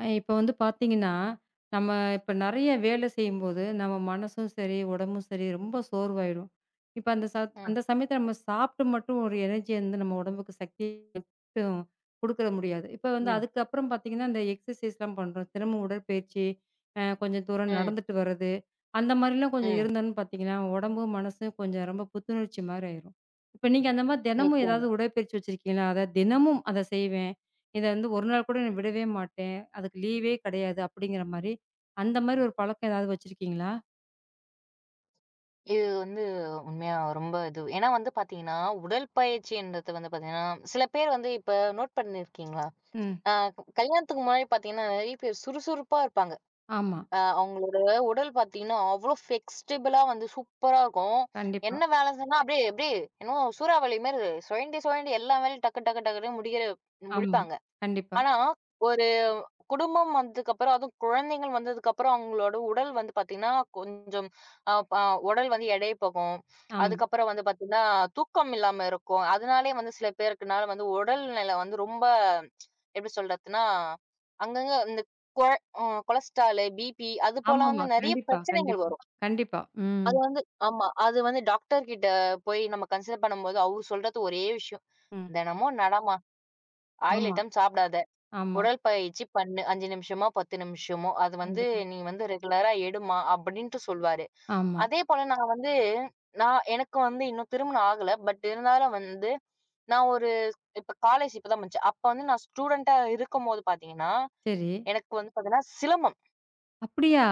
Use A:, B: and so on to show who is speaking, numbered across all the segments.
A: இப்ப வந்து பார்த்தீங்கன்னா, நம்ம இப்ப நெறைய வேலை செய்யும்போது, நம்ம மனசும் சரி, உடம்பும் சரி ரொம்ப சோர்வாயிடும். இப்ப
B: ம்.
A: அந்த சமயத்துல நம்ம சாப்பிட்டு மட்டும் ஒரு எனர்ஜிய வந்து நம்ம உடம்புக்கு சக்திய மட்டும் குடுக்க முடியாது. இப்ப வந்து
B: ம்.
A: அதுக்கப்புறம் பார்த்தீங்கன்னா, இந்த எக்ஸர்சைஸ்லாம் பண்றோம். தினமும் உடற்பயிற்சி, கொஞ்சம் தூரம்
B: ம்.
A: நடந்துட்டு வர்றது, அந்த மாரிலாம் கொஞ்சம்
B: ம்.
A: இருந்தோம்னு பார்த்தீங்கன்னா, உடம்பும், மனசும் கொஞ்சம் ரொம்ப புத்துணர்ச்சி மாரி ஆயிரும். இப்ப நீங்க அந்த மாரி தினமும் ஏதாவது
B: நிச்சயமா.
A: உடற்பயிற்சி வச்சிருக்கீங்களா? அதாவது தினமும் அத செய்வேன். இத வந்து ஒரு நாள் கூட நான் விடவே மாட்டேன். அதுக்கு லீவே கிடையாது அப்படிங்கிற மாரி. அந்த மாரி ஒரு பழக்கம் ஏதாவது வச்சிருக்கீங்களா?
B: இது வந்து உண்மையா ரொம்ப இது. ஏன்னா வந்து பார்த்தீங்கன்னா, உடற்பயிற்சின்றது வந்து பார்த்தீங்கன்னா, சில பேர் வந்து இப்ப நோட் பண்ணியிருக்கீங்களா?
A: ம்.
B: அ கல்யாணத்துக்கு முன்னாடி பார்த்தீங்கன்னா, நெறைய பேர் சுறுசுறுப்பா இருப்பாங்க.
A: ஆமா.
B: அவங்களோட உடல் பார்த்தீங்கன்னா, அவ்ளோ ஃப்ளெக்ஸிபிளா வந்து சூப்பரா இருக்கும்.
A: கண்டிப்பா.
B: என்ன வேலை செஞ்சா அப்படியே அப்படியே என்னமோ சூறாவளி மாரி சுழண்டி, சுழண்டி எல்லா வேலையும் டக்கு, டக்கு, டக்குன்னு
A: ஆமா.
B: முடிப்பாங்க.
A: கண்டிப்பா.
B: ஆனா ஒரு குடும்பம் வந்ததுக்கப்புறம், அதுவும் குழந்தைகள் வந்ததுக்கப்புறம், அவங்களோட உடல் வந்து பாத்தீங்கன்னா, கொஞ்சம் அ ப உடல் வந்து எடை போகும்.
A: ஆமா.
B: அதுக்கப்புறம் வந்து பாத்தீங்கன்னா, தூக்கம் இல்லாம இருக்கும். அதனாலயே வந்து சில பேருக்குனால வந்து உடல்நிலை வந்து ரொம்ப எப்படி சொல்றதுன்னா, அங்கங்க இந்த கொழ அ கொலஸ்ட்ராலு, பிபி அது போல
A: ஆமாமா.
B: வந்து நெறைய
A: கண்டிப்பா,
B: பிரச்சனைகள்
A: கண்டிப்பா,
B: வரும்.
A: கண்டிப்பா. ம்.
B: அது வந்து ஆமா. அது வந்து டாக்டர் கிட்ட போய் நம்ம கன்சல்ட் பண்ணும்போது, அவரு சொல்றது ஒரே விஷயம்.
A: ம்.
B: "தினமும் நடம்மா. ஆயில்
A: ஆமா,
B: ஐட்டம் சாப்பிடாத."
A: ஆமா.
B: உடற்பயிற்சி பண்ணு. 5 நிமிஷமோ, 10 நிமிஷமோ, அது வந்து
A: கண்டிப்பா.
B: நீ வந்து ரெகுலரா எடும்மா அப்படின்ட்டு சொல்வாரு.
A: ஆமா.
B: அதே போல நான் வந்து நான் எனக்கு வந்து இன்னும் திருமணம் ஆகல. பட் இருந்தாலும் வந்து நான் ஒரு இப்ப காலேஜ் இப்ப தான் முடிச்சேன். அப்ப வந்து நான் ஸ்டூடெண்ட்டா இருக்கும்போது பார்த்தீங்கன்னா,
A: சரி.
B: எனக்கு வந்து பார்த்தீங்கன்னா சிலம்பம்.
A: அப்படியா?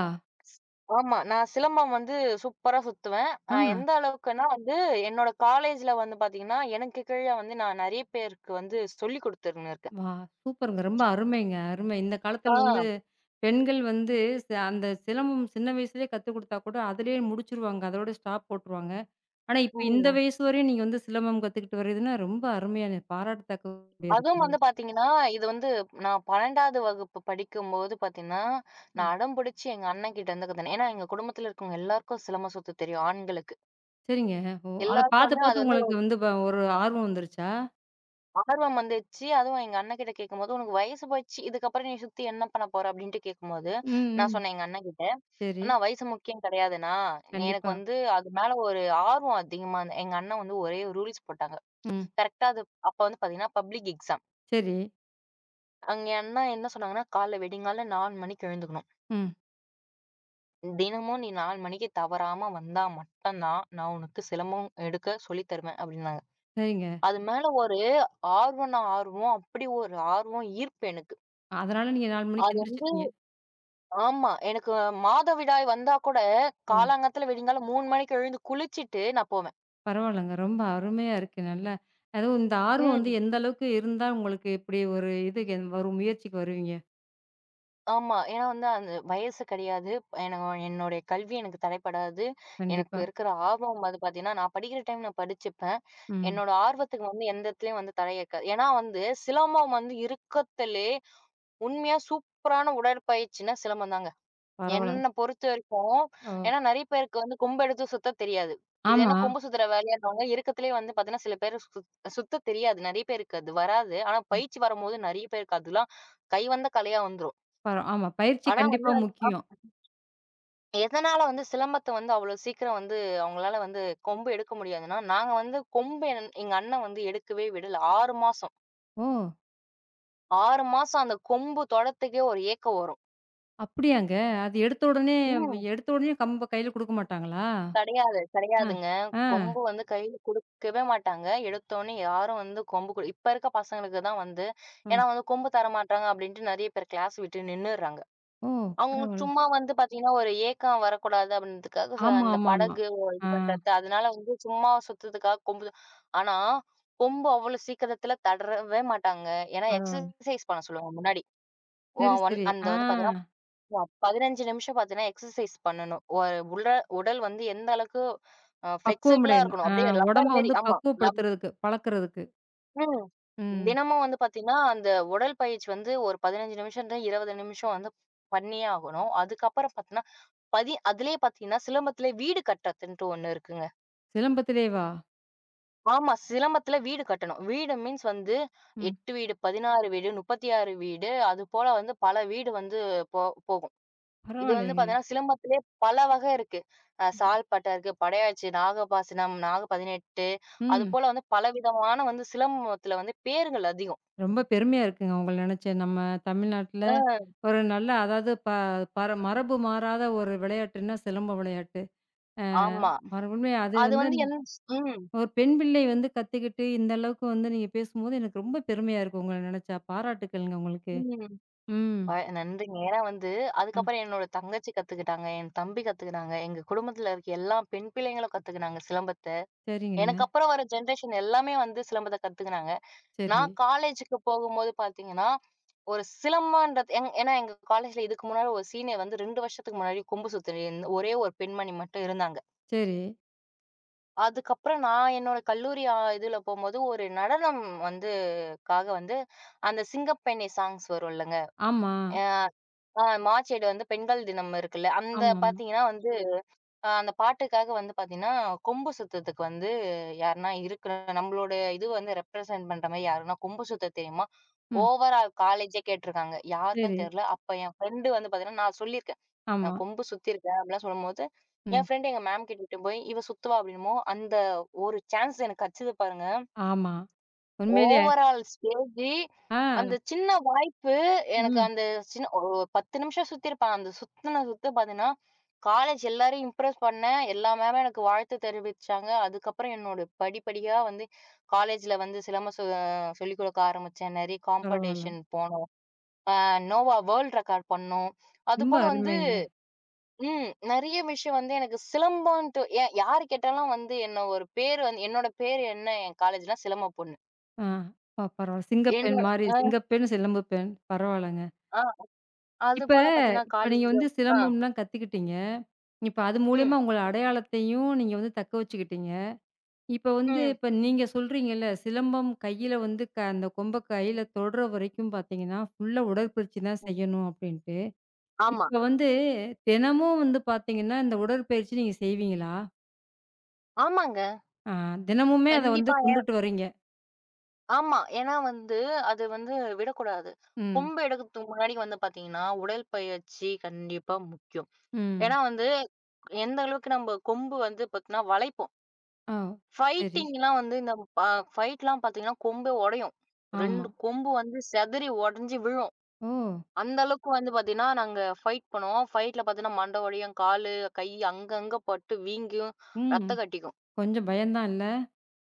B: ஆமா. நான் சிலம்பம் வந்து சூப்பரா சுத்துவேன்.
A: ஆ.
B: எந்த அளவுக்குன்னா வந்து என்னோட காலேஜ்ல வந்து பார்த்தீங்கன்னா, எனக்கு கீழ வந்து நான் நெறைய பேருக்கு வந்து சொல்லிக் குடுத்துன்னு இருக்கேன்.
A: வா! சூப்பருங்க. ரொம்ப அருமைங்க. அருமை. இந்த
B: ஆ.
A: காலத்துல வந்து பெண்கள் வந்து அந்த சிலம்பம் சின்ன வயசுலயே கத்துக் குடுத்தா கூட அதிலேயே முடிச்சுருவாங்க. அதோட ஸ்டாப் போட்டுருவாங்க. ஆனா, இப்ப இந்த
B: ம்.
A: வயசு வரையும் நீங்க வந்து சிலம்பம் கத்துக்கிட்டு வர்றதுன்னா, ரொம்ப அருமையான பாராட்டத்தக்க உடையது.
B: அதுவும் வந்து பாத்தீங்கன்னா, இது வந்து நான் 12வது வகுப்பு படிக்கும்போது பாத்தீங்கன்னா,
A: ம்.
B: நான் அடம் பிடிச்சு எங்க அண்ணன்கிட்ட இருந்து கத்துனேன். ஏன்னா, எங்க குடும்பத்துல இருக்கவங்க எல்லாருக்கும் சிலம்ப சொத்து தெரியும், ஆண்களுக்கு.
A: சரிங்க. ஓ! அத
B: எல்லாருக்கும்
A: பார்த்து,
B: வந்து அது
A: பார்த்து
B: வந்து
A: உங்களுக்கு
B: ஒரு
A: வந்து ஒரு ஆர்வம் வந்துருச்சா?
B: ஆர்வம் வந்துருச்சு. அதுவும் எங்க அண்ணன்கிட்ட கேட்கும்போது, "உனக்கு வயசு போச்சு. இதுக்கப்புறம் நீ சுத்தி என்ன பண்ண போற?" அப்படின்ட்டு கேட்கும்போது,
A: ம்,
B: நான்
A: ம்.
B: சொன்னேன் எங்க அண்ணன்கிட்ட,
A: சரி.
B: "அண்ணா வயசு முக்கியம் கிடையாதுண்ணா. எனக்கு
A: கண்டிப்பா.
B: வந்து அது மேல ஒரு ஆர்வம் அதிகமா இருந்த" எங்க அண்ணன் வந்து ஒரே ரூல்ஸ் போட்டாங்க.
A: ம்.
B: கரெக்ட்டா அது அப்ப வந்து பாத்தீங்கன்னா, பப்ளிக் எக்ஸாம்.
A: சரி.
B: எங்க அண்ணா என்ன சொன்னாங்கன்னா, "காலைல விடிங்காலைல 4 மணிக்கு எழுந்துக்கணும்.
A: ம்.
B: தினமும் நீ 4 மணிக்கு தவறாம வந்தா மட்டும் தான், நான் உனக்கு சிலம்பம் எடுக்க சொல்லி தருவேன் அப்டின்னாங்க.
A: சரிங்க.
B: அது மேல ஒரு ஆர்வம்னா ஆர்வம், அப்படி ஒரு ஆர்வம், ஈர்ப்பு எனக்கு.
A: அதனால நீங்க 4 மணிக்கு
B: அது வந்து-
A: எந்திரிச்சுட்டீங்க.
B: ஆமா. எனக்கு மாதவிடாய் வந்தா கூட,
A: ம்.
B: காலாங்காத்தால விடிங்காலம் 3 மணிக்கு எழுந்து குளிச்சிட்டு நான் போவேன்.
A: பரவால்லங்க. ரொம்ப அருமையா இருக்கு. நல்லா அதுவும் இந்த ஆர்வம் வந்து
B: ம்.
A: எந்த அளவுக்கு இருந்தா உங்களுக்கு இப்படி ஒரு இதுக்கு ஒரு முயற்சிக்கு வருவீங்க?
B: ஆமா. ஏன்னா வந்து அந்த வயசு கிடையாது. எனக்கு என்னுடைய கல்வி எனக்கு தடைப்படாது. எனக்கு
A: கண்டிப்பா.
B: இருக்கிற ஆர்வம் வந்து பார்த்தீங்கன்னா, நான் படிக்கிற டைம் நான் படிச்சுப்பேன்.
A: ம்.
B: என்னோட ஆர்வத்துக்கு வந்து எந்த இடத்துலயும் வந்து தடை இருக்காது. ஏன்னா வந்து சிலம்பம் வந்து இருக்கத்திலே உண்மையா சூப்பரான உடற்பயிற்சின்னா சிலம்பம் தாங்க.
A: பரவால்லங்க.
B: என்ன பொறுத்த வரைக்கும்
A: ஓ!
B: ஏன்னா நெறைய பேருக்கு வந்து கொம்பு எடுத்து சுத்தத் தெரியாது. இது என்ன
A: ஆமா.
B: கொம்பு சுத்துற வேலையா இருந்தவங்க இருக்கத்திலே வந்து பார்த்தீங்கன்னா, சில பேர் சுத்தத் தெரியாது. நெறைய பேருக்கு அது வராது. ஆனா பயிற்சி வரும்போது நெறைய பேருக்கு அதெல்லாம் கைவந்த கலையா வந்துரும்.
A: ஆமா. பயிற்சி
B: ஆனா
A: கண்டிப்பா
B: வந்து
A: முக்கியம்.
B: எதனால வந்து சிலம்பத்த வந்து அவ்வளோ சீக்கிரம் வந்து அவங்களால வந்து கொம்பு எடுக்க முடியாதுன்னா, நாங்க வந்து கொம்பு என் எங்க அண்ணன் வந்து எடுக்கவே விடல. 6 மாசம்.
A: ஓ!
B: 6 மாசம் அந்த கொம்பு தொடறதுக்கே ஒரு ஏக்கம் வரும்.
A: அப்படியாங்க? அது எடுத்த உடனே
B: ஓ!
A: எடுத்த உடனே கம்ப கையில குடுக்க மாட்டாங்களா?
B: கிடையாது,
A: அ,
B: கிடையாதுங்க.
A: ஆ,
B: கொம்பு வந்து கையில குடுக்கவே மாட்டாங்க. எடுத்தோனே யாரும் வந்து கொம்பு குடு இப்ப இருக்க பசங்களுக்கு தான் வந்து
A: அ.
B: ஏன்னா வந்து கொம்பு தரமாட்டாங்க அப்டின்ட்டு நெறைய பேர் கிளாஸ் விட்டு நின்னுர்றாங்க.
A: ஓ!
B: அவங்க
A: பரவால்ல.
B: சும்மா வந்து பார்த்தீங்கன்னா, ஒரு ஏக்கம் வரக்கூடாது அப்படின்றதுக்காக, சோ
A: ஆமா,
B: அந்த
A: ஆமா, ஆமா.
B: இது
A: ஆ
B: பண்றது. அதனால வந்து சும்மா சுத்துறதுக்காக கொம்பு ஆனா, கொம்பு அவ்வளோ சீக்கிரத்துல தடறவே மாட்டாங்க. ஏன்னா
A: பரவால்ல.
B: எக்ஸர்சைஸ் பண்ண சொல்லுவாங்க முன்னாடி. ஒ
A: சரி,
B: ஒன்
A: சரி.
B: அந்த
A: ஆ
B: வந்து பார்த்தீங்கன்னா, 15 நிமிஷம் பார்த்தீங்கன்னா எக்ஸர்சைஸ் பண்ணணும். ஒரு உட உடல் வந்து எந்த அளவுக்கு ஃப்ளெக்சிபிளா
A: பக்குவமடையணும்.
B: இருக்கணும்.
A: ஆ
B: அப்படியே
A: உடம்ப
B: ரப்பர் மாரி
A: வந்து
B: ஆமா.
A: பக்குவப்படுத்துறதுக்கு, பழக்குறதுக்கு.
B: ம்.
A: ம்.
B: தினமும் வந்து பாத்தீங்கன்னா, அந்த உடற்பயிற்சி வந்து ஒரு 15 நிமிஷம்லேருந்து 20 நிமிஷம் வந்து பண்ணியே ஆகணும். அதுக்கப்புறம் பாத்தீங்கன்னா, அதிலேயே பாத்தீங்கன்னா, சிலம்பத்திலே வீடு கட்டுறதுன்ட்டு ஒண்ணு இருக்குங்க.
A: சிலம்பத்திலேவா?
B: ஆமா. சிலம்பத்தில வீடு கட்டணும். வீடு மீன்ஸ் வந்து
A: ம்.
B: 8 வீடு, 16 வீடு, 36 வீடு அதுபோல வந்து பல வீடு வந்து போ போகும். இது வந்து
A: பரவாயில்லையேங்க.
B: பாத்தீங்கன்னா, சிலம்பத்திலே பல வகை இருக்கு. சால்பட்டை இருக்கு, படையாச்சி, நாகபாசனம், நாக 18
A: ம்.
B: அதுபோல வந்து பலவிதமான வந்து சிலம்பத்தில வந்து பேர்கள் அதிகம்.
A: ரொம்ப பெருமையா இருக்குங்க உங்கள நெனச்சு. நம்ம தமிழ்நாட்ல
B: அ.
A: ஒரு நல்ல அதாவது ப பர மரபு மாறாத ஒரு விளையாட்டுன்னா சிலம்ப விளையாட்டு. அ
B: ஆமா.
A: மறுபடியும் அது
B: அது
A: வந்து
B: வந்து என் ம்,
A: ஒரு பெண் பிள்ளை வந்து கத்துக்கிட்டு, இந்த அளவுக்கு வந்து நீங்க பேசும்போது, எனக்கு ரொம்ப பெருமையா இருக்கு உங்கள நெனச்சா. பாராட்டுக்கள்ங்க உங்களுக்கு.
B: ம்.
A: ம்.
B: அ நன்றிங்க. ஏன்னா வந்து,
A: ஆ,
B: அதுக்கப்புறம் என்னோட தங்கச்சி கத்துக்கிட்டாங்க. என் தம்பி கத்துக்கினாங்க. எங்க குடும்பத்துல இருக்க எல்லா பெண் பிள்ளைங்களும் கத்துக்கினாங்க சிலம்பத்த.
A: சரிங்க.
B: எனக்கு அப்புறம் வர ஜெனரேஷன் எல்லாமே வந்து சிலம்பத்த கத்துக்கினாங்க.
A: சரி,
B: நான் காலேஜுக்கு போகும்போது பார்த்தீங்கன்னா, ஒரு சிலம்பன்றது எங் ஏன்னா எங்க காலேஜ்ல இதுக்கு முன்னாடி ஒரு சீனியர் வந்து 2 வருஷத்துக்கு முன்னாடி கொம்பு சுத்துன ஒரே ஒரு பெண்மணி மட்டும் இருந்தாங்க.
A: சரி.
B: அதுக்கப்புறம் நான் என்னோட கல்லூரி இதுல போம்போது ஒரு நடனம் வந்து க்காக வந்து அந்த சிங்கப்பெண்ணே சாங்ஸ் வரும்லங்க.
A: ஆமா.
B: அ ஆ மார்ச் 7 வந்து பெண்கள் தினம் இருக்குல்ல. அந்த
A: ஆமாமா.
B: பார்த்தீங்கன்னா வந்து அந்த பாட்டுக்காக வந்து பார்த்தீங்கன்னா, கொம்பு சுத்தத்துக்கு வந்து யாருன்னா இருக்குற நம்மளோட இது வந்து ரெப்ரசன்ட் பண்ற மாரி யாருன்னா கொம்பு சுத்த தெரியுமா?
A: ம்.
B: ஓவரா காலேஜே கேட்டுருக்காங்க.
A: சரி.
B: யாருக்குன்னு தெரியல. அப்ப என் ஃப்ரெண்டு வந்து பார்த்தீங்கன்னா, நான் சொல்லியிருக்கேன்.
A: ஆமா.
B: நான் கொம்பு சுத்தியிருக்கேன் அப்படிலாம் சொல்லும்போது, என்
A: ம்.
B: ஃப்ரெண்ட் எங்க மேம் கிட்ட இட்டுட்டு போய், "இவ சுத்துவா" அப்படின்னவும், அந்த ஒரு சான்ஸ் எனக்கு கெடச்சது பாருங்க.
A: ஆமா. உண்மையிலேயே
B: ஓவரால் ஸ்டேஜு,
A: ஆ.
B: அந்த சின்ன வாய்ப்பு எனக்கு
A: ம்.
B: அந்த சின்ன ஒரு 10 நிமிஷம் சுத்தியிருப்பேன். அந்த சுத்துன சுத்து பார்த்தீங்கன்னா, காலேஜ் எல்லாரையும் இம்ப்ரெஸ் பண்ணேன். எல்லா மேமும் எனக்கு வாழ்த்து தெரிவிச்சாங்க. அதுக்கப்புறம் என்னோட படிப்படியா வந்து காலேஜ்ல வந்து சிலம்பம் சொ சொல்லிக் கொடுக்க ஆரம்பிச்சேன். நெறைய
A: பரவால்ல.
B: காம்படிஷன் போனோம். அ நோவா வேர்ல்ட் ரெக்கார்ட் பண்ணோம்.
A: ரொம்ப
B: அதுபோல வந்து
A: அருமைங்க.
B: நெறைய விஷயம் வந்து எனக்கு சிலம்பம்ன்ட்டு எ யாரு கேட்டாலும் வந்து என்ன ஒரு பேரு வந்து என்னோட பேரு என்ன என் காலேஜ்லாம் சிலம்ப பொண்ணு.
A: ஆ. பரவால்ல. சிங்கப்பெண்
B: என்னோட
A: மாரி, சிங்கப்பெண், சிலம்பு பெண். பரவால்லங்க.
B: அ,
A: இப்ப
B: அதுபோல பார்த்தீங்கன்னா,
A: இப்ப நீங்க
B: காலேஜ்
A: வந்து
B: ஆ,
A: சிலம்பம்லாம் கத்துக்கிட்டீங்க. இப்ப அது
B: ம்,
A: மூலியமா உங்கள அடையாளத்தையும் நீங்க வந்து தக்க வச்சுக்கிட்டீங்க. இப்ப வந்து
B: ம்,
A: இப்ப நீங்க சொல்றீங்கல்ல, சிலம்பம் கையில வந்து அந்த கொம்ப கையில தொடுற வரைக்கும் பார்த்தீங்கன்னா, ஃபுல்லா உடற்பயிற்சி தான்
B: ம்.
A: செய்யணும் அப்படின்ட்டு.
B: ஆமா.
A: இப்ப வந்து தினமும் வந்து பார்த்தீங்கன்னா, இந்த உடற்பயிற்சி நீங்க செய்வீங்களா?
B: ஆமாங்க.
A: ஆ தினமுமே அத வந்து
B: கண்டிப்பா.
A: கொண்டுட்டு வரீங்க.
B: ஆமா. ஏன்னா வந்து, அது வந்து விடக்கூடாது.
A: ம்,
B: கொம்பு எடுக்கறதுக்கு முன்னாடி வந்து பார்த்தீங்கன்னா, உடற்பயிற்சி கண்டிப்பா முக்கியம்.
A: ம்.
B: ஏன்னா வந்து, எந்த அளவுக்கு நம்ப கொம்பு வந்து பார்த்தீங்கன்னா வளைப்போம்.
A: ஓ! சரி.
B: ஃபைட்டிங்லாம் வந்து இந்த ப ஃபைட்லாம் பார்த்தீங்கன்னா, கொம்பே உடையும்.
A: ஆமா.
B: 2 கொம்பு வந்து சிதறி உடைஞ்சு விழும்.
A: ஓ!
B: அந்த அளவுக்கு வந்து பார்த்தீங்கன்னா, நாங்க ஃபைட் பண்ணுவோம். ஃபைட்ல பார்த்தீங்கன்னா, மண்டை உடையும், காலு, கை அங்கங்க பட்டு வீங்கும்,
A: ம்.
B: ரத்தம் கட்டிக்கும்.
A: கொஞ்சம் பயம்தான் இல்ல?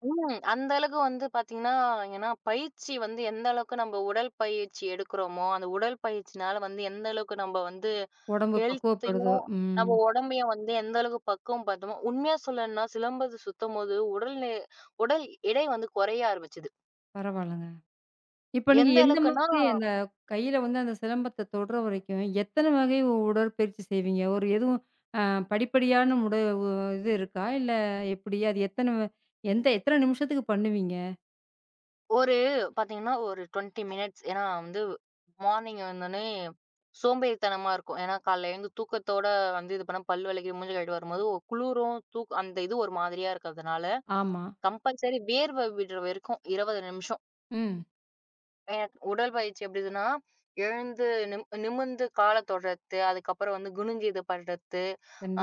B: ம். அந்த அளவுக்கு வந்து பார்த்தீங்கன்னா, ஏன்னா பயிற்சி வந்து எந்த அளவுக்கு நம்ம உடல் பயிற்சி எடுக்கிறோமோ, அந்த உடல் பயிற்சினால வந்து எந்த அளவுக்கு நம்ம வந்து
A: உடம்பு பக்குவப்படுதோ!
B: ஹெல்த்தையும்,
A: ம்.
B: நம்ம உடம்பையும் வந்து எந்த அளவுக்கு பக்குவம் பார்த்தோமோ, உண்மையா சொல்லணும்னா சிலம்பது சுத்தம்போது உடல் எடை வந்து குறைய ஆரம்பிச்சது.
A: பரவால்லங்க. இப்ப நீங்க
B: எந்த
A: எந்த
B: அளவுக்குன்னா,
A: மாதிரி அந்த கையில வந்து அந்த சிலம்பத்த தொடுற வரைக்கும், எத்தன வகை உடற்பயிற்சி செய்வீங்க? ஒரு எதுவும் அ படிப்படியான உட உ இது இருக்கா? இல்ல எப்படி? அது எத்தன எந்த எத்தன நிமிஷத்துக்கு பண்ணுவீங்க?
B: ஒரு பார்த்தீங்கன்னா ஒரு 20 மினிட்ஸ் ஏன்னா வந்து மார்னிங் வந்தோனே சோம்பேறித்தனமா இருக்கும். ஏன்னா காலைல எழுந்து தூக்கத்தோட வந்து இது பண்ணா பல் வலிக்குது, மூஞ்சு கழுவிட்டு வரும்போது ஒரு குளிரும், அந்த இது ஒரு மாதிரியா இருக்கிறதுனால
A: ஆமா.
B: கம்பல்சரி வேர்வை விடுற வரைக்கும் 20 நிமிஷம்.
A: ம்.
B: ஏ உடற்பயிற்சி எப்படிதுன்னா, எழுந்து நிம் நிமிர்ந்து கால தொடுறது, அதுக்கப்புறம் வந்து குனிஞ்சு இது பண்றது,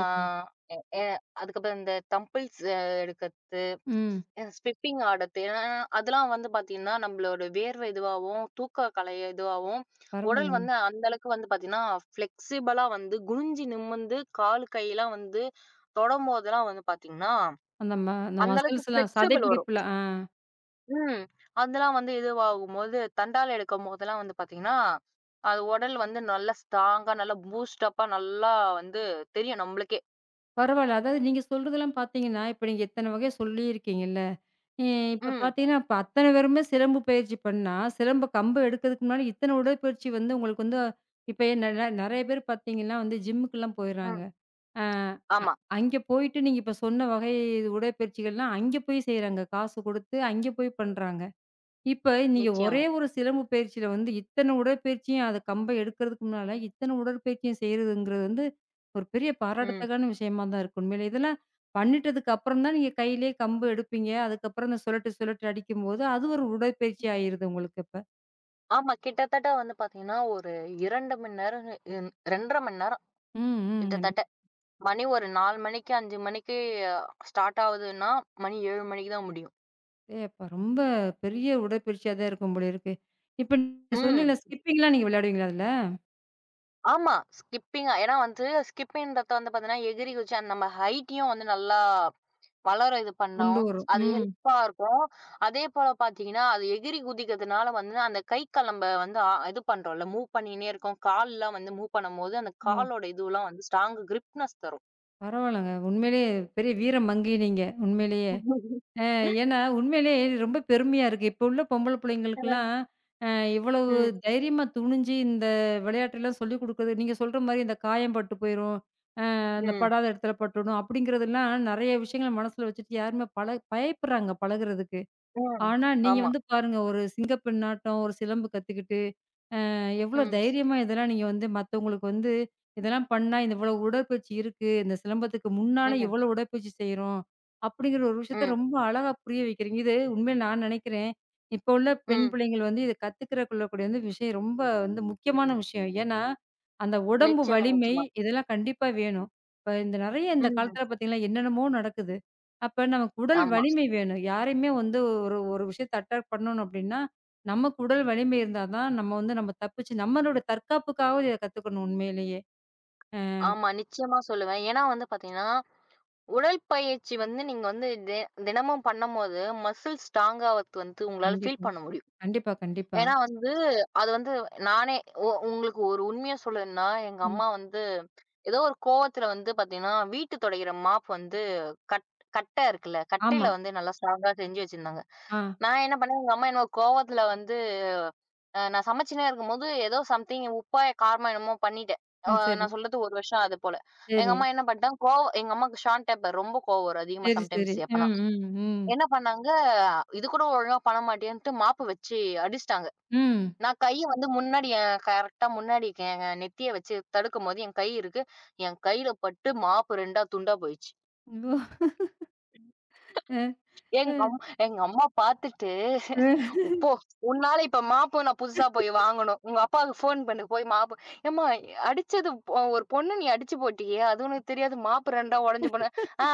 B: ஆ எ எ அதுக்கப்புறம் இந்த தம்பிள்ஸ் எடுக்கறது,
A: ம்.
B: ஸ்கிப்பிங் ஆடுறது. ஏன்னா அதெல்லாம் வந்து பார்த்தீங்கன்னா, நம்மளோட வேர்வை இதுவாவும், தூக்க கலைய இதுவாவும், உடல்
A: பரவால்ல.
B: வந்து அந்த அளவுக்கு வந்து பார்த்தீங்கன்னா, ஃப்ளெக்சிபிளா வந்து குனிஞ்சு நிமிர்ந்து கால் கையெல்லாம் வந்து தொடும்போதெல்லாம் வந்து பார்த்தீங்கன்னா,
A: அந்த
B: அந்த அளவுக்கு
A: மசில்ஸ்லாம்
B: ஃப்ளெக்சிபிள் வரும்.
A: சதைப்பிடிப்புல ஆ.
B: ம். அதெல்லாம் வந்து இதுவாகும்போது, தண்டால எடுக்கும்போதெல்லாம் வந்து பார்த்தீங்கன்னா, அது உடல் வந்து நல்லா ஸ்ட்ராங்கா, நல்லா பூஸ்ட் அப்பா நல்லா வந்து தெரியும் நம்மளுக்கே.
A: பரவால்ல. அதாவது நீங்க சொல்றதெல்லாம் பார்த்தீங்கன்னா, இப்ப நீங்க எத்தன வகை சொல்லியிருக்கீங்கல்ல? ஏ இப்ப
B: ம்.
A: பார்த்தீங்கன்னா, இப்ப அத்தன பேருமே சிலம்பு பயிற்சி பண்ணா, சிலம்ப கம்பு எடுக்கிறதுக்கு முன்னாடி இத்தன உடற்பயிற்சி வந்து உங்களுக்கு வந்து இப்ப என்ன நெறைய பேர் பார்த்தீங்கன்னா வந்து ஜிம்முக்குலாம் போயிடுறாங்க.
B: ம்.
A: அ
B: ஆமா.
A: அங்கே போயிட்டு நீங்க இப்ப சொன்ன வகை உடற்பயிற்சிகள்லாம் அங்கே போய் செய்றாங்க. காசு குடுத்து அங்கே போய் பண்றாங்க. இப்ப நீங்க
B: நிச்சயமா.
A: ஒரே ஒரு சிலம்பு பயிற்சியில வந்து இத்தன உடற்பயிற்சியும் அது கம்ப எடுக்கிறதுக்கு முன்னால, இத்தன உடற்பயிற்சியும் செய்றதுங்கிறது வந்து ஒரு பெரிய
B: ம்.
A: பாராட்டத்தக்கான விஷயமா தான் இருக்கு உண்மையிலே. இதெல்லாம் பண்ணிட்டதுக்கு அப்புறம் தான் நீங்க கையிலேயே கம்பு எடுப்பீங்க. அதுக்கப்புறம் இந்த சுழட்டு சுழட்டு அடிக்கும்போது, அது ஒரு உடற்பயிற்சி ஆயிருது உங்களுக்கு இப்ப.
B: ஆமா. கிட்டத்தட்ட வந்து பார்த்தீங்கன்னா, ஒரு 2 மணி நேரம், 2 1/2 மணி நேரம்
A: ம், ம். நன்றி.
B: கிட்டத்தட்ட. ஒரு 4 மணிக்கு, 5 மணிக்கு ஸ்டார்ட் ஆகுதுன்னா, 7 மணிக்கு தான் முடியும்.
A: அப்பா ரொம்ப பெரிய உடற்பயிற்சியா தான் இருக்கும் போல இருக்கு. இப்ப நீங்க
B: ம்.
A: சொன்னீங்கல்ல ஸ்கிப்பிங்லாம் நீங்க விளையாடுவீங்களா அதுல?
B: ஆமா. ஸ்கிப்பிங்கா ஏன்னா வந்து ஸ்கிப்பிங்ன்றது வந்து பார்த்தீங்கன்னா, எகிறி குதிச்சு அந்த நம்ம ஹைட்யும் வந்து நல்லா வளர இது பண்ணோம்.
A: கொண்டு வரும்.
B: அது
A: ம்.
B: ஹெல்ப்பா இருக்கும். அதே போல பார்த்தீங்கன்னா, அது எகிறி குதிக்கிறதுனால வந்து அந்த கை கால் நம்ப வந்து இது பண்றோம்ல, மூவ் பண்ணினே இருக்கோம். கால்லாம் வந்து மூவ் பண்ணும்போது, அந்த
A: ஓ!
B: காலோட இதுவெல்லாம் வந்து ஸ்ட்ராங் கிரிப்னஸ் தரும்.
A: பரவால்லங்க. உண்மையிலேயே பெரிய வீரம் மங்கை நீங்க. உண்மையிலேயே.
B: ம்.
A: அ ஏன்னா, உண்மையிலேயே இது ரொம்ப பெருமையா இருக்கு. இப்போ உள்ள பொம்பள புள்ளைங்களுக்கெல்லாம், அ இவ்வளவு
B: ம்.
A: தைரியமா துணிஞ்சு இந்த விளையாட்டெல்லாம் சொல்லிக் குடுக்குறது, நீங்க சொல்ற மாரி இந்த காயம் பட்டு போயிரும், இந்த
B: ம்.
A: படாத இடத்துல பட்டுடும் அப்படிங்கிறதெல்லாம் நெறைய விஷயங்கள மனசுல வச்சுட்டு யாருமே பயப்படுறாங்க பழகுறதுக்கு.
B: ம்.
A: ஆனா, நீங்க
B: ஆமா.
A: வந்து பாருங்க, ஒரு சிங்கப்பெண்ணாட்டம், ஒரு சிலம்பு கத்துக்கிட்டு எவ்வளோ
B: ம்.
A: தைரியமா இதெல்லாம் நீங்க வந்து மத்தவங்களுக்கு வந்து, இதெல்லாம் பண்ணா இந்த இவ்வளோ உடற்பயிற்சி இருக்கு. இந்த சிலம்பத்துக்கு முன்னால
B: ம்.
A: இவ்வளோ உடற்பயிற்சி செய்றோம். அப்படிங்கிற ஒரு விஷயத்த
B: ம்.
A: ரொம்ப அழகா புரிய வைக்கிறீங்க. இது உண்மையில நான் நினைக்கிறேன். இப்போ உள்ள பெண்
B: ம்.
A: பிள்ளைங்கள் வந்து இத கத்துக்கிறக்குள்ளக்கூடிய வந்து விஷயம் ரொம்ப வந்து முக்கியமான விஷயம். ஏன்னா, அந்த உடம்பு
B: நிச்சயமா,
A: வலிமை
B: நிச்சயமா.
A: இதெல்லாம் கண்டிப்பா வேணும். இப்ப இந்த நெறைய இந்த
B: ம்.
A: காலத்துல பார்த்தீங்கன்னா, என்னென்னமோ நடக்குது. அப்ப நமக்கு உடல்
B: ஆமா.
A: வலிமை வேணும். யாரையுமே வந்து ஒரு ஒரு விஷயத்த அட்டாக் பண்ணணும் அப்படின்னா, நமக்கு உடல் வலிமை இருந்தா தான், நம்ம வந்து நம்ம தப்பிச்சு நம்மளோட தற்காப்புக்காவது இத கத்துக்கணும் உண்மையிலேயே.
B: ஆமா. நிச்சயமா சொல்லுவேன். ஏன்னா வந்து பார்த்தீங்கன்னா, உடற்பயிற்சி வந்து நீங்க வந்து தினமும் பண்ணும்போது, மசில்ஸ் ஸ்ட்ராங் ஆவறது வந்து உங்களால ஃபீல்
A: கண்டிப்பா,
B: பண்ண முடியும்.
A: கண்டிப்பா, கண்டிப்பா.
B: ஏன்னா வந்து, அது வந்து நானே ஒ உங்களுக்கு ஒரு உண்மைய சொல்லணும்னா, எங்க
A: ம்.
B: அம்மா வந்து ஏதோ ஒரு கோவத்துல வந்து பாத்தீங்கன்னா, வீட்டு தொடைக்கிற மாப் வந்து கட் கட்ட இருக்குல்ல,
A: ஆமா.
B: கட்டையில வந்து நல்லா ஸ்ட்ராங்கா செஞ்சு வச்சிருந்தாங்க.
A: ஆ,
B: நான் என்ன பண்ணேன், எங்க அம்மா என்னோட கோவத்துல வந்து நான் சமைச்சுன்னே இருக்கும்போது, ஏதோ சம்திங் உப்பா காரமா என்னமோ பண்ணிட்டேன். அ
A: ஆ சரி,
B: நான் சொல்றது 1 வருஷம் அது போல. எங்க
A: சரி,
B: அம்மா என்ன பண்ணிட்டாங்க, கோவம் எங்க அம்மாவுக்கு ஷார்ட் டெம்பர் ரொம்ப கோவம் வரும் அதிகமா
A: சரி, சரி.
B: சம்டைம்ஸ் எப்பனா.
A: ம், ம், ம்,
B: என்ன பண்ணாங்க, இது கூட ஒழுங்கா பண்ண மாட்டியான்ட்டு மாப்பு வச்சு அடிச்சுட்டாங்க.
A: ம்.
B: நான் கை வந்து முன்னாடி என் கரெக்ட்டா முன்னாடி என் நெத்திய வச்சு தடுக்கும்போது என் கை இருக்கு. என் கையில பட்டு மாப்பு 2ஆ துண்டா போயிருச்சு.
A: ஓ! அ, அ,
B: எங்க அம் எங்க அம்மா பார்த்துட்டு,
A: அ
B: "போ "உன்னால இப்ப மாப்பு நான் புதுசா போய் வாங்கணும். உங்க அப்பாவுக்கு ஃபோன் பண்ணு போய் மாப்பு ஏம்மா அடிச்சது ஒரு பொண்ண நீ அடிச்சு போட்டியே! அது உனக்கு தெரியாது மாப்பு 2ஆ உடைஞ்சு போன. ஆ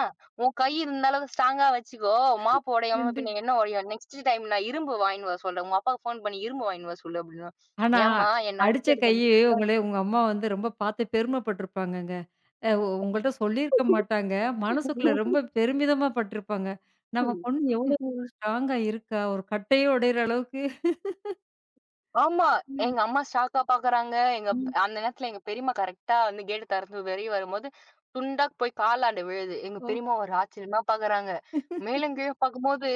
B: உன் கை இந்த அளவுக்கு ஸ்ட்ராங்கா வச்சுக்கோ! மாப்பு உடையாம
A: கண்டிப்
B: பின்ன என்ன உடையும்? நெக்ஸ்ட் டைம் நான் இரும்பு வாங்கின்னு வர சொல்றேன். உங்க அப்பாவுக்கு ஃபோன் பண்ணி இரும்பு வாங்கின்னு வர சொல்லு" அப்டின்னா.
A: ஆனா,
B: "ஏம்மா என்ன
A: அடிச்ச
B: அடிச்சது" பண்ணு
A: கையு உங்கள உங்க அம்மா வந்து ரொம்ப பார்த்து பெருமைப்பட்டுருப்பாங்கங்க. அ உ உங்கள்ட்ட சொல்லியிருக்க மாட்டாங்க. மனசுக்குள்ள ரொம்ப பெருமிதமா பட்டுருப்பாங்க. நம்ம
B: ம்.
A: பொண்ணு எவ்வளோ
B: ம்.
A: ஸ்ட்ராங்கா இருக்கா! ஒரு கட்டையே உடையிற அளவுக்கு.
B: ஆமா.
A: ம்,
B: எங்க அம்மா ஷாக்கா பாக்குறாங்க. எங்க ப்
A: ம்.
B: அந்த நேரத்துல எங்க பெரியம்மா கரெக்ட்டா வந்து கேட்ட தெறந்து வெளிய வரும்போது, துண்டா போய் காலாண்ட விழுது. எங்க
A: ஓ!
B: பெரியம்மா ஒரு ஆச்சரியமா பாக்குறாங்க. மேலும் கீழும் பாக்கும்போது,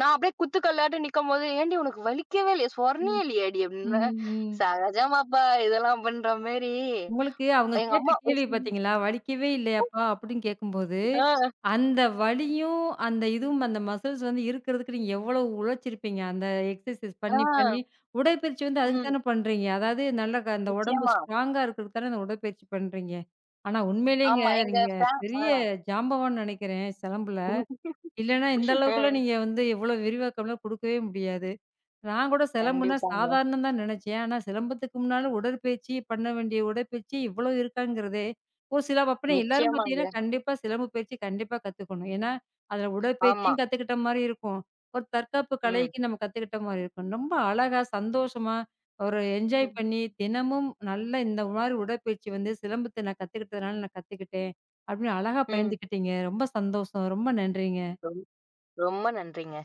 B: நான் அப்படியே குத்து கல்லாட்டம் நிக்கும்போது, "ஏன்டி உனக்கு வலிக்கவே இல்லையா?
A: ம்.
B: சொரணையே இல்லையாடி?" அப்படின்னேன்.
A: ம், ம்.
B: "சகஜமாப்பா இதெல்லாம்" அப்படின்ற மாரி
A: உங்களுக்கு அவங்க
B: எங்க
A: கேட்ட
B: அம்மா
A: கேள்வி பார்த்தீங்களா? "வலிக்கவே இல்லையாப்பா?" அப்படின்னு கேட்கும்போது,
B: ஆ,
A: அந்த வலியும், அந்த இதுவும் அந்த மசில்ஸ் வந்து இருக்கிறதுக்கு நீங்க எவ்வளோ உழைச்சிருப்பீங்க. அந்த எக்ஸர்சைஸ் பண்ணி, பண்ணி
B: ஆ,
A: உடற்பயிற்சி வந்து அதுக்கு
B: ம்.
A: தானே பண்றீங்க. அதாவது நல்ல அந்த உடம்பு
B: நிச்சயமா.
A: ஸ்ட்ராங்கா இருக்கிறதுக்கு தானே அந்த உடற்பயிற்சி பண்றீங்க. ஆனா உண்மையிலேங்க
B: ஆமா. எங்க
A: நீங்க
B: ஃபே ஆ.
A: பெரிய ஜாம்பவான்னு நெனைக்கிறேன் சிலம்புல. இல்லன்னா இந்த அளவுக்குலாம் நீங்க வந்து எவ்வளோ விரிவாக்கம்லாம் குடுக்கவே முடியாது. நான் கூட சிலம்புன்னா
B: கண்டிப்பாங்க.
A: சாதாரணம் தான் நினைச்சேன். ஆனா சிலம்பத்துக்கு முன்னால உடற்பயிற்சி பண்ண வேண்டிய உடற்பயிற்சி இவ்வளோ இருக்காங்கிறதே, ஒரு சில அப்பனா எல்லாரும் பார்த்தீங்கன்னா,
B: நிச்சயமாங்க.
A: கண்டிப்பா சிலம்பு பயிற்சி கண்டிப்பா கத்துக்கணும். ஏன்னா, அதில
B: ஆமா.
A: உடற்பயிற்சியும் கத்துக்கிட்ட மாரி இருக்கும். ஒரு தற்காப்பு
B: ம்.
A: கலைக்கு நம்ம கத்துக்கிட்ட மாரி இருக்கும். ரொம்ப அழகா, சந்தோஷமா, ஒரு என்ஜாய்
B: ம்.
A: பண்ணி, தினமும் நல்ல இந்த மாரி உடற்பயிற்சி வந்து சிலம்பத்த நான் கத்துக்கிட்டதுனால நான் கத்துக்கிட்டேன். அப்படின்னு அழகா
B: ம்.
A: பகிர்ந்துக்கிட்டீங்க. ரொம்ப சந்தோஷம். ரொம்ப நன்றிங்க.
B: ரொம்ப ரொம்ப நன்றிங்க.